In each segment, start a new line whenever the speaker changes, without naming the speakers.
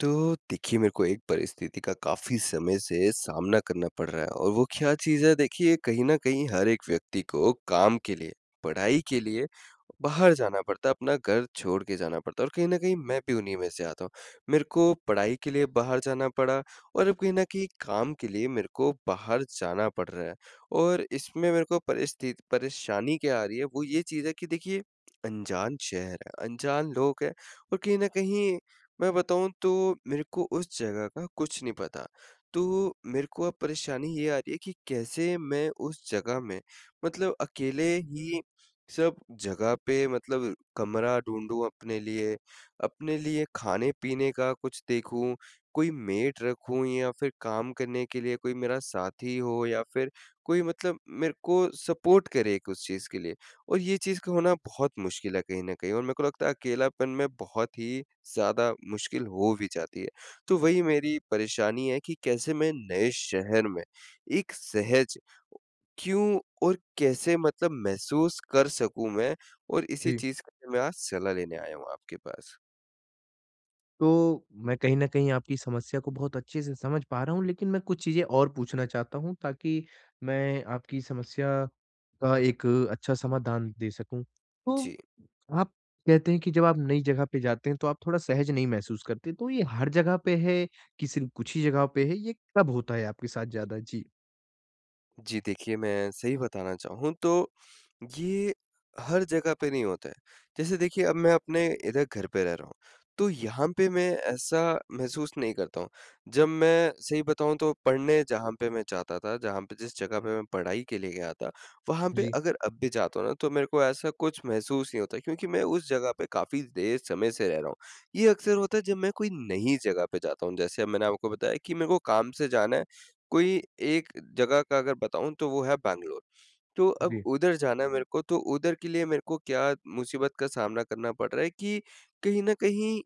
तो देखिए, मेरे को एक परिस्थिति का काफ़ी समय से सामना करना पड़ रहा है और वो क्या चीज़ है देखिए, कहीं न कहीं हर एक व्यक्ति को काम के लिए, पढ़ाई के लिए बाहर जाना पड़ता है, अपना घर छोड़ के जाना पड़ता है और कहीं न कहीं मैं भी उन्हीं में से आता हूँ। मेरे को पढ़ाई के लिए बाहर जाना पड़ा और अब कहीं न कहीं काम के लिए मेरे को बाहर जाना पड़ रहा है। और इसमें मेरे को परिस्थित परेशानी क्या आ रही है, वो ये चीज़ है कि देखिए, अनजान शहर है, अनजान लोग हैं और कहीं न कहीं मैं बताऊँ तो मेरे को उस जगह का कुछ नहीं पता। तो मेरे को अब परेशानी ये आ रही है कि कैसे मैं उस जगह में मतलब अकेले ही सब जगह पे मतलब कमरा ढूँढूँ अपने लिए खाने-पीने का कुछ देखूँ, कोई मेड रखूँ या फिर काम करने के लिए कोई मेरा साथी हो या फिर कोई मतलब मेरे को सपोर्ट करे एक उस चीज़ के लिए। और ये चीज़ का होना बहुत मुश्किल है कहीं न कहीं और मेरे को लगता है अकेलापन में बहुत ही ज़्यादा मुश्किल हो भी जाती है। तो वही मेरी परेशानी है कि कैसे मैं नए शहर में एक सहज क्यों और कैसे मतलब महसूस कर सकूँ मैं और इसी
जी।
चीज़ के लिए मैं आज सलाह लेने आया हूँ आपके पास।
तो मैं कहीं न कहीं आपकी समस्या को बहुत अच्छे से समझ पा रहा हूँ, लेकिन मैं कुछ चीज़ें और पूछना चाहता हूँ ताकि मैं आपकी समस्या का एक अच्छा समाधान दे सकूँ। तो
जी।
आप कहते हैं कि जब आप नई जगह पे जाते हैं, तो आप थोड़ा सहज नहीं महसूस करते, तो ये हर जगह पे है कि सिर्फ़ कुछ ही जगह पे है? ये कब होता है आपके साथ ज़्यादा? जी।
जी, देखिए मैं सही बताना चाहूँ तो ये हर जगह पे नहीं होता है। जैसे देखिए अब मैं अपने इधर घर पे रह रहा हूँ, तो यहाँ पे मैं ऐसा महसूस नहीं करता हूँ। जब मैं सही बताऊँ तो पढ़ने जहाँ पे मैं जाता था, जहाँ पे जिस जगह पे मैं पढ़ाई के लिए गया था, वहाँ पे
जी,
अगर अब भी जाता हूँ ना तो मेरे को ऐसा कुछ महसूस नहीं होता क्योंकि मैं उस जगह पे काफ़ी देर समय से रह रहा हूँ। ये अक्सर होता है जब मैं कोई नई जगह पे जाता हूँ, जैसे अब मैंने आपको बताया कि मेरे को काम से जाना है कोई एक जगह का अगर बताऊँ तो वो है बैंगलोर। तो अब
जी।
उधर जाना है मेरे को, तो उधर के लिए मेरे को क्या मुसीबत का सामना करना पड़ रहा है कि कहीं न कहीं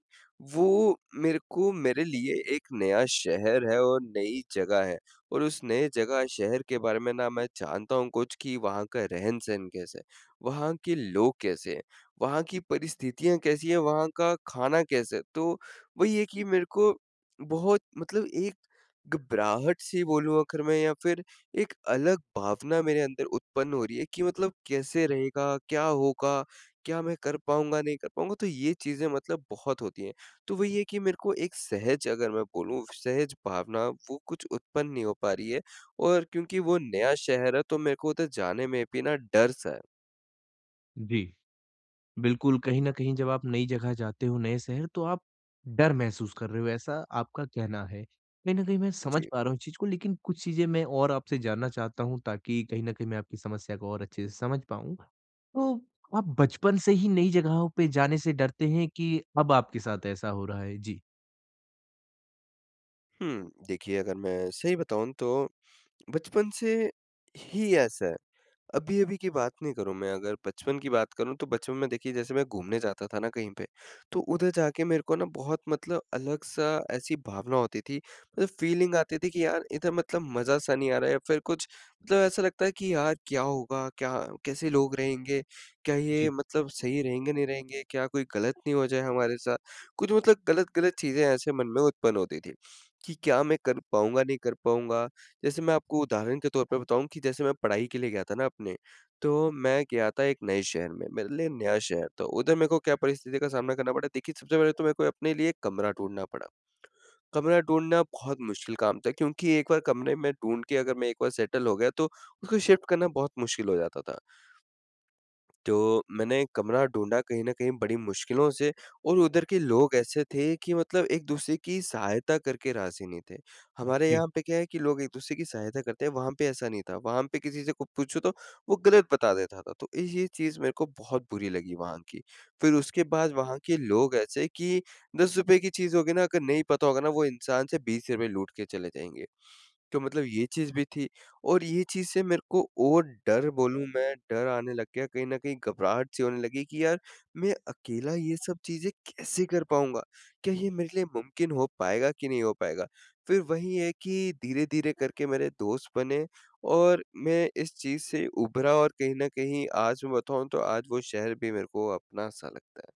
वो मेरे को मेरे लिए एक नया शहर है और नई जगह है और उस नए जगह, शहर के बारे में ना मैं जानता हूँ कुछ कि वहाँ का रहन-सहन कैसा है, वहाँ के लोग कैसे हैं, वहाँ की परिस्थितियाँ कैसी हैं, वहाँ का खाना कैसा है। तो वही है कि मेरे को बहुत मतलब एक घबराहट-सी बोलूँ आखिर में या फिर एक अलग भावना मेरे अंदर उत्पन्न हो रही है कि मतलब कैसे रहेगा? क्या होगा? क्या मैं कर पाऊँगा, नहीं कर पाऊँगा? तो ये चीज़ें मतलब बहुत होती हैं। तो वही है कि मेरे को एक सहज अगर मैं बोलूँ, सहज भावना वो कुछ उत्पन्न नहीं हो पा रही है और क्योंकि वो नया शहर है तो मेरे को उधर जाने में भी ना डर-सा है।
जी। बिल्कुल, कहीं न कहीं जब आप नई जगह जाते हो, नए शहर, तो आप डर महसूस कर रहे हो, ऐसा आपका कहना है। कहीं न कहीं मैं समझ
जी।
पा रहा हूँ इस चीज़ को, लेकिन कुछ चीज़ें मैं और आपसे जानना चाहता हूँ ताकि कहीं न कहीं मैं आपकी समस्या को और अच्छे से समझ पाऊँ। तो आप बचपन से ही नई जगहों पे जाने से डरते हैं कि अब आपके साथ ऐसा हो रहा है? जी।
देखिए अगर मैं सही बताऊँ तो बचपन से ही ऐसा है। अभी-अभी की बात नहीं करूँ मैं अगर बचपन की बात करूँ तो बचपन में देखिए जैसे मैं घूमने जाता था ना कहीं पे, तो उधर जाके मेरे को ना बहुत मतलब अलग-सा ऐसी भावना होती थी, मतलब फ़ीलिंग आती थी कि यार इधर मतलब मज़ा सा नहीं आ रहा है या फिर कुछ मतलब ऐसा लगता है कि यार क्या होगा? क्या कैसे लोग रहेंगे? क्या ये
जी,
मतलब सही रहेंगे, नहीं रहेंगे? क्या कोई गलत नहीं हो जाए हमारे साथ? कुछ मतलब गलत-गलत चीज़ें ऐसे मन में उत्पन्न होती थी, कि क्या मैं कर पाऊँगा, नहीं कर पाऊँगा? जैसे मैं आपको उदाहरण के तौर पे बताऊँ कि जैसे मैं पढ़ाई के लिए गया था ना अपने, तो मैं गया था एक नए शहर में, मेरे लिए नया शहर था। उधर मेरे को क्या परिस्थिति का सामना करना पड़ा, देखिए सबसे पहले तो मेरे को अपने लिए कमरा ढूँढना पड़ा। कमरा ढूँढना बहुत मुश्किल काम था क्योंकि एक बार कमरे में ढूँढ के अगर मैं एक बार सेटल हो गया तो उसको शिफ्ट करना बहुत मुश्किल हो जाता था। तो मैंने कमरा ढूँढा कहीं न कहीं बड़ी मुश्किलों से और उधर के लोग ऐसे थे कि मतलब एक-दूसरे की सहायता करके राज़ी नहीं थे। हमारे
जी,
यहाँ पे क्या है कि लोग एक-दूसरे की सहायता करते हैं, वहाँ पे ऐसा नहीं था। वहाँ पे किसी से कुछ पूछो तो वो गलत बता देता था, तो ये चीज़ मेरे को बहुत बुरी लगी वहाँ की। फिर उसके बाद वहाँ के लोग ऐसे कि ₹10 की चीज़ होगी ना, अगर नहीं पता होगा ना, वो इंसान से ₹20 लूट के चले जाएँगे। तो मतलब ये चीज़ भी थी और ये चीज़ से मेरे को और डर बोलूँ मैं, डर आने लग गया कहीं न कहीं घबराहट सी होने लगी कि यार मैं अकेला ये सब चीज़ें कैसे कर पाऊँगा? क्या ये मेरे लिए मुमकिन हो पाएगा कि नहीं हो पाएगा? फिर वही है कि धीरे-धीरे करके मेरे दोस्त बने और मैं इस चीज़ से उभरा और कहीं न कहीं आज मैं बताऊँ तो आज वो शहर भी मेरे को अपना-सा लगता है।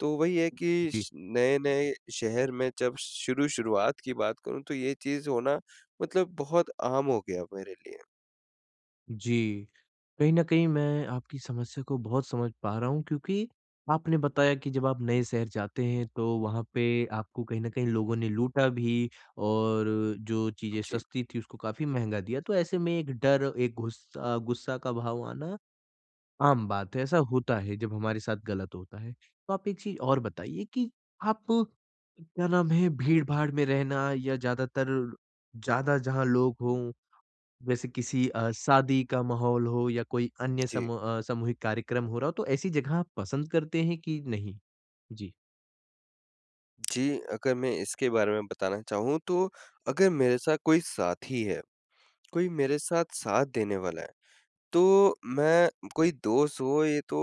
तो वही है कि
जी।
श नए-नए शहर में जब शुरू शुरुआत की बात करूँ तो ये चीज़ होना मतलब बहुत आम हो गया मेरे लिए।
जी। कहीं न कहीं मैं आपकी समस्या को बहुत समझ पा रहा हूँ क्योंकि आपने बताया कि जब आप नए शहर जाते हैं तो वहाँ पे आपको कहीं न कहीं लोगों ने लूटा भी, और जो चीज़ें
जी,
सस्ती थी उसको काफ़ी महँगा दिया। तो ऐसे में एक डर, एक गुस्सा गुस्सा का भाव आना आम बात है। ऐसा होता है जब हमारे साथ गलत होता है। तो आप एक चीज़ और बताइए कि आप क्या नाम है भीड़-भाड़ में रहना या ज़्यादा जहाँ लोग हों, जैसे किसी शादी का माहौल हो या कोई अन्य
जी।
सामूहिक कार्यक्रम हो रहा हो, तो ऐसी जगह आप पसंद करते हैं कि नहीं? जी।
जी, अगर मैं इसके बारे में बताना चाहूँ तो अगर मेरे साथ कोई साथी है, कोई मेरे साथ साथ देने वाला है तो मैं कोई दोस्त हो ये तो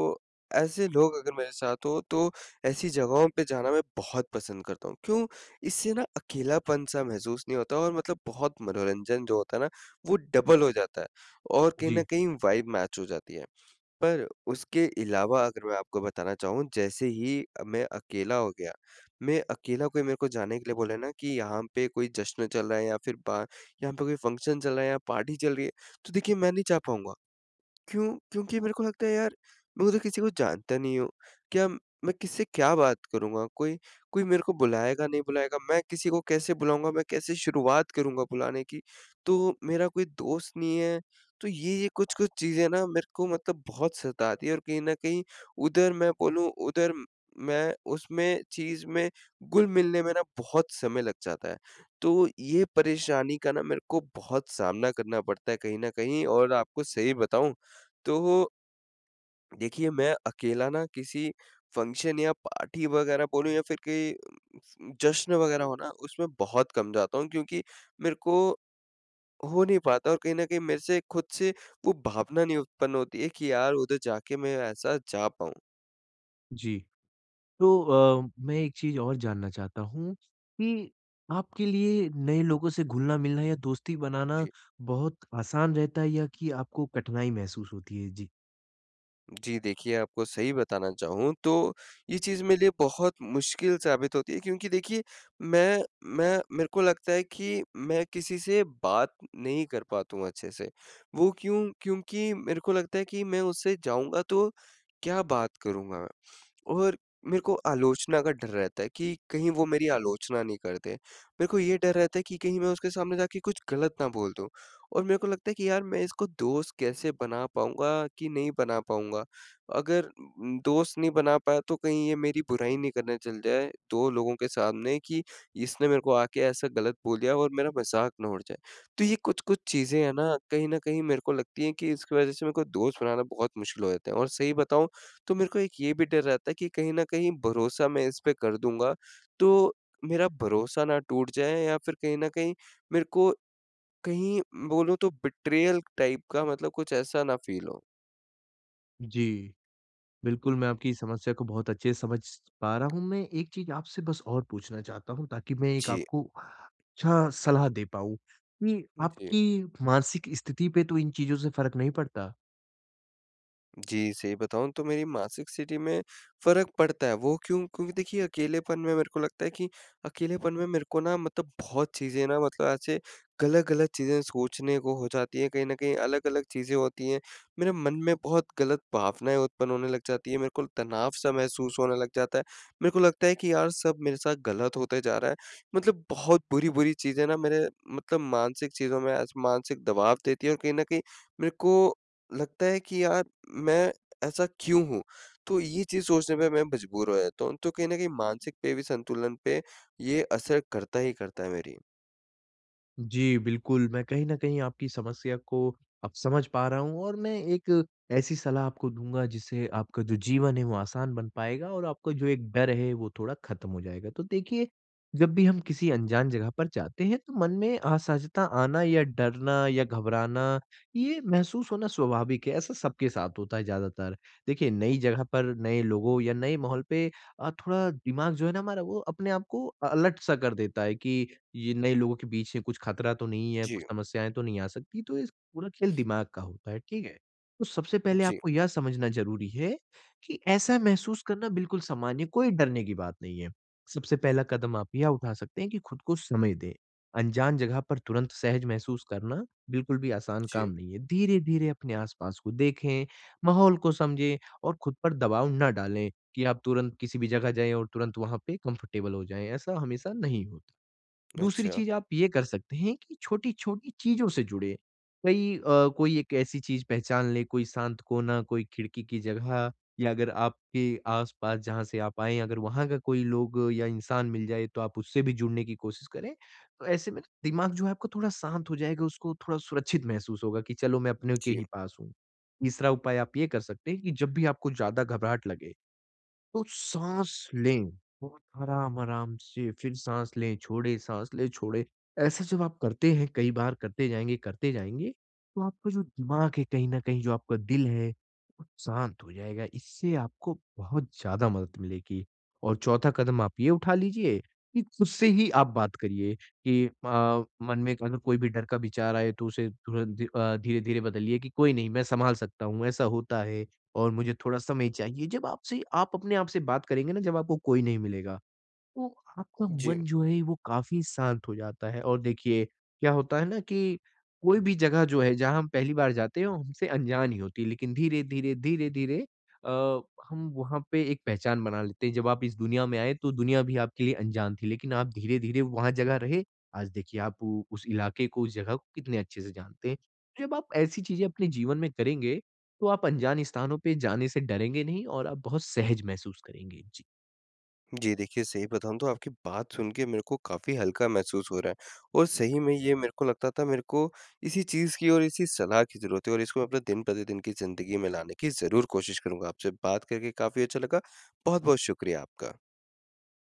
ऐसे लोग अगर मेरे साथ हो तो ऐसी जगहों पे जाना मैं बहुत पसंद करता हूँ। क्यों? इससे ना अकेलापन-सा महसूस नहीं होता और मतलब बहुत मनोरंजन जो होता है ना वो डबल हो जाता है और कहीं न
जी,
कहीं वाइब मैच हो जाती है। पर उसके अलावा अगर मैं आपको बताना चाहूँ जैसे ही मैं अकेला हो गया, मैं अकेला कोई मेरे को जाने के लिए बोले ना कि यहाँ पे कोई जश्न चल रहा है या फिर बा यहाँ पे कोई फंक्शन चल रहा है या पार्टी चल रही है, तो देखिए मैं नहीं जा पाऊँगा। क्यों? क्योंकि मेरे को लगता है यार मैं तो किसी को जानता नहीं हूँ। क्या मैं किससे क्या बात करूँगा? कोई कोई मेरे को बुलाएगा, नहीं बुलाएगा, मैं किसी को कैसे बुलाऊँगा? मैं कैसे शुरुआत करूँगा बुलाने की? तो मेरा कोई दोस्त नहीं है। तो ये कुछ-कुछ चीज़ें ना मेरे को मतलब बहुत सताती है और कहीं न कहीं उधर मैं बोलूँ उधर म- मैं उसमें चीज़ में घुल-मिलने में ना बहुत समय लग जाता है। तो ये परेशानी का ना मेरे को बहुत सामना करना पड़ता है कहीं न कहीं और आपको सही बताऊँ तो देखिए, मैं अकेला ना किसी फंक्शन या पार्टी वगैरह बोलूँ या फिर कहीं जश्न वगैरह हो ना, उसमें बहुत कम जाता हूँ क्योंकि मेरे को हो नहीं पाता और कहीं न कहीं मेरे से खुद से वो भावना नहीं उत्पन्न होती है कि यार उधर जाके मैं ऐसा जा पाऊँ।
जी। तो मैं एक चीज़ और जानना चाहता हूँ कि आपके लिए नए लोगों से घुलना-मिलना या दोस्ती बनाना
जी।
बहुत आसान रहता है या कि आपको कठिनाई महसूस होती है? जी।
जी, देखिए आपको सही बताना चाहूँ तो ये चीज़ मेरे लिए बहुत मुश्किल साबित होती है क्योंकि देखिए मैं मैं मेरे को लगता है कि मैं किसी से बात नहीं कर पाता हूँ अच्छे से। वो क्यों? क्योंकि मेरे को लगता है कि मैं उससे जाऊँगा तो क्या बात करूँगा? और मेरे को आलोचना का डर रहता है कि कहीं वो मेरी आलोचना नहीं कर दें। मेरे को ये डर रहता है कि कहीं मैं उसके सामने जाके कुछ गलत ना बोल दूँ और मेरे को लगता है कि यार मैं इसको दोस्त कैसे बना पाऊँगा कि नहीं बना पाऊँगा। अगर दोस्त नहीं बना पाया तो कहीं ये मेरी बुराई नहीं करने चल जाए 2 लोगों के सामने कि इसने मेरे को आके ऐसा गलत बोल दिया और मेरा मज़ाक ना उड़ जाए। तो ये कुछ-कुछ चीज़ें हैं ना, कहीं न कहीं मेरे को लगती हैं कि इसकी वज़ह से मेरे को दोस्त बनाना बहुत मुश्किल हो जाता है और सही बताऊँ तो मेरे को एक ये भी डर रहता है कि कहीं न कहीं भरोसा मैं इस पे कर दूँगा, तो मेरा भरोसा ना टूट जाए या फिर कहीं न कहीं मेरे को कहीं बोलूँ तो बिट्रेयल टाइप का मतलब कुछ ऐसा ना फ़ील हो।
जी। बिल्कुल, मैं आपकी समस्या को बहुत अच्छे से समझ पा रहा हूँ। मैं एक चीज़ आपसे बस और पूछना चाहता हूँ ताकि मैं एक
जी।
आपको अच्छा सलाह दे पाऊँ कि
जी,
आपकी मानसिक स्थिति पे तो इन चीज़ों से फ़र्क नहीं पड़ता?
जी, सही बताऊँ तो मेरी मासिक सीढ़ी में फ़र्क पड़ता है, वो क्यों? क्योंकि देखिए अकेलेपन में मेरे को लगता है कि अकेलेपन में मेरे को ना मतलब बहुत चीज़ें ना मतलब ऐसे गलत-गलत चीज़ें सोचने को हो जाती हैं, कहीं न कहीं अलग-अलग चीज़ें होती हैं। मेरे मन में बहुत गलत भावनाएँ उत्पन्न होने लग जाती हैं, मेरे को तनाव-सा महसूस होने लग जाता है। मेरे को लगता है कि यार सब मेरे साथ गलत होते जा रहा है। मतलब बहुत बुरी-बुरी चीज़ें ना मेरे मतलब मानसिक चीज़ों में आज मानसिक दबाव देती है और कहीं न कहीं मेरे को लगता है कि यार मैं ऐसा क्यों हूँ? तो ये चीज़ सोचने पे मैं मजबूर हो जाता हूँ, तो कहीं न कहीं मानसिक पे भी संतुलन पे ये असर करता ही करता है मेरी।
जी, बिल्कुल, मैं कहीं न कहीं आपकी समस्या को अब समझ पा रहा हूँ और मैं एक ऐसी सलाह आपको दूँगा जिससे आपका जो जीवन है वो आसान बन पाएगा और आपका जो एक डर है वो थोड़ा ख़त्म हो जाएगा। तो देखिए, जब भी हम किसी अनजान जगह पर जाते हैं तो मन में असहजता आना या डरना या घबराना, ये महसूस होना स्वाभाविक है। ऐसा सबके साथ होता है ज़्यादातर। देखिए, नई जगह पर नए लोगों या नए माहौल पे थोड़ा दिमाग जो है ना हमारा वो अपने आप को अलर्ट सा कर देता है कि ये नए लोगों के बीच में कुछ खतरा तो नहीं है, कुछ
जी,
समस्याएँ तो नहीं आ सकती, तो इस पूरा खेल दिमाग का होता है, ठीक है? तो सबसे पहले
जी,
आपको यह समझना ज़रूरी है कि ऐसा महसूस करना बिल्कुल सामान्य, कोई डरने की बात नहीं है। सबसे पहला कदम आप यह उठा सकते हैं कि खुद को समय दें। अनजान जगह पर तुरंत सहज महसूस करना बिल्कुल भी आसान काम
जी,
नहीं है। धीरे-धीरे अपने आस-पास को देखें, माहौल को समझें और खुद पर दबाव ना डालें कि आप तुरंत किसी भी जगह जाएँ और तुरंत वहाँ पे कंफर्टेबल हो जाएँ, ऐसा हमेशा नहीं होता। दूसरी
अच्छा,
चीज़ आप ये कर सकते हैं कि छोटी-छोटी चीज़ों से जुड़ें। कोई एक ऐसी चीज़ पहचान लें, कोई शांत कोना, कोई खिड़की की जगह, या अगर आपके आस-पास जहाँ से आप आए हैं, अगर वहाँ का कोई लोग या इंसान मिल जाए, तो आप उससे भी जुड़ने की कोशिश करें। तो ऐसे में दिमाग जो है आपका थोड़ा शांत हो जाएगा, उसको थोड़ा सुरक्षित महसूस होगा कि चलो मैं अपने के
जी,
ही पास हूँ। तीसरा उपाय आप ये कर सकते हैं कि जब भी आपको ज़्यादा घबराहट लगे तो साँस लें, बहुत आराम-आराम से फिर साँस लें, छोड़ें, साँस लें, छोड़ें। ऐसे जब आप करते हैं, कई बार करते जाएँगे, तो आपका जो दिमाग है कहीं न कहीं जो आपका दिल है, वो शांत हो जाएगा। इससे आपको बहुत ज़्यादा मदद मिलेगी। और चौथा कदम आप ये उठा लीजिए कि खुद से ही आप बात करिए कि मन में अगर कोई भी डर का विचार आए तो उसे तुरंत धीरे-धीरे बदलिए कि कोई नहीं, मैं सँभाल सकता हूँ, ऐसा होता है। और मुझे थोड़ा समय चाहिए। जब आपसे आप अपने आप से बात करेंगे ना, जब आपको कोई नहीं मिलेगा, तो आपका
जी,
मन जो है वो काफ़ी शांत हो जाता है। और देखिए क्या होता है ना कि कोई भी जगह जो है जहाँ हम पहली बार जाते हैं वो हमसे अनजान ही होती है, लेकिन धीरे धीरे अ, हम वहाँ पे एक पहचान बना लेते हैं। जब आप इस दुनिया में आए तो दुनिया भी आपके लिए अनजान थी, लेकिन आप धीरे धीरे वहाँ जगह रहे। आज देखिए आप उस इलाके को, उस जगह को कितने अच्छे से जानते हैं। जब आप ऐसी चीजें अपने जीवन में करेंगे तो आप अनजान स्थानों पे जाने से डरेंगे नहीं और आप बहुत सहज महसूस करेंगे।
जी। देखिए सही बताऊँ तो आपकी बात सुन के मेरे को काफ़ी हल्का महसूस हो रहा है और सही में ये मेरे को लगता था मेरे को इसी चीज़ की और इसी सलाह की ज़रूरत है और इसको मैं अपने दिन-प्रतिदिन की ज़िंदगी में लाने की ज़रूर कोशिश करूँगा। आपसे बात करके काफ़ी अच्छा लगा। बहुत-बहुत शुक्रिया आपका।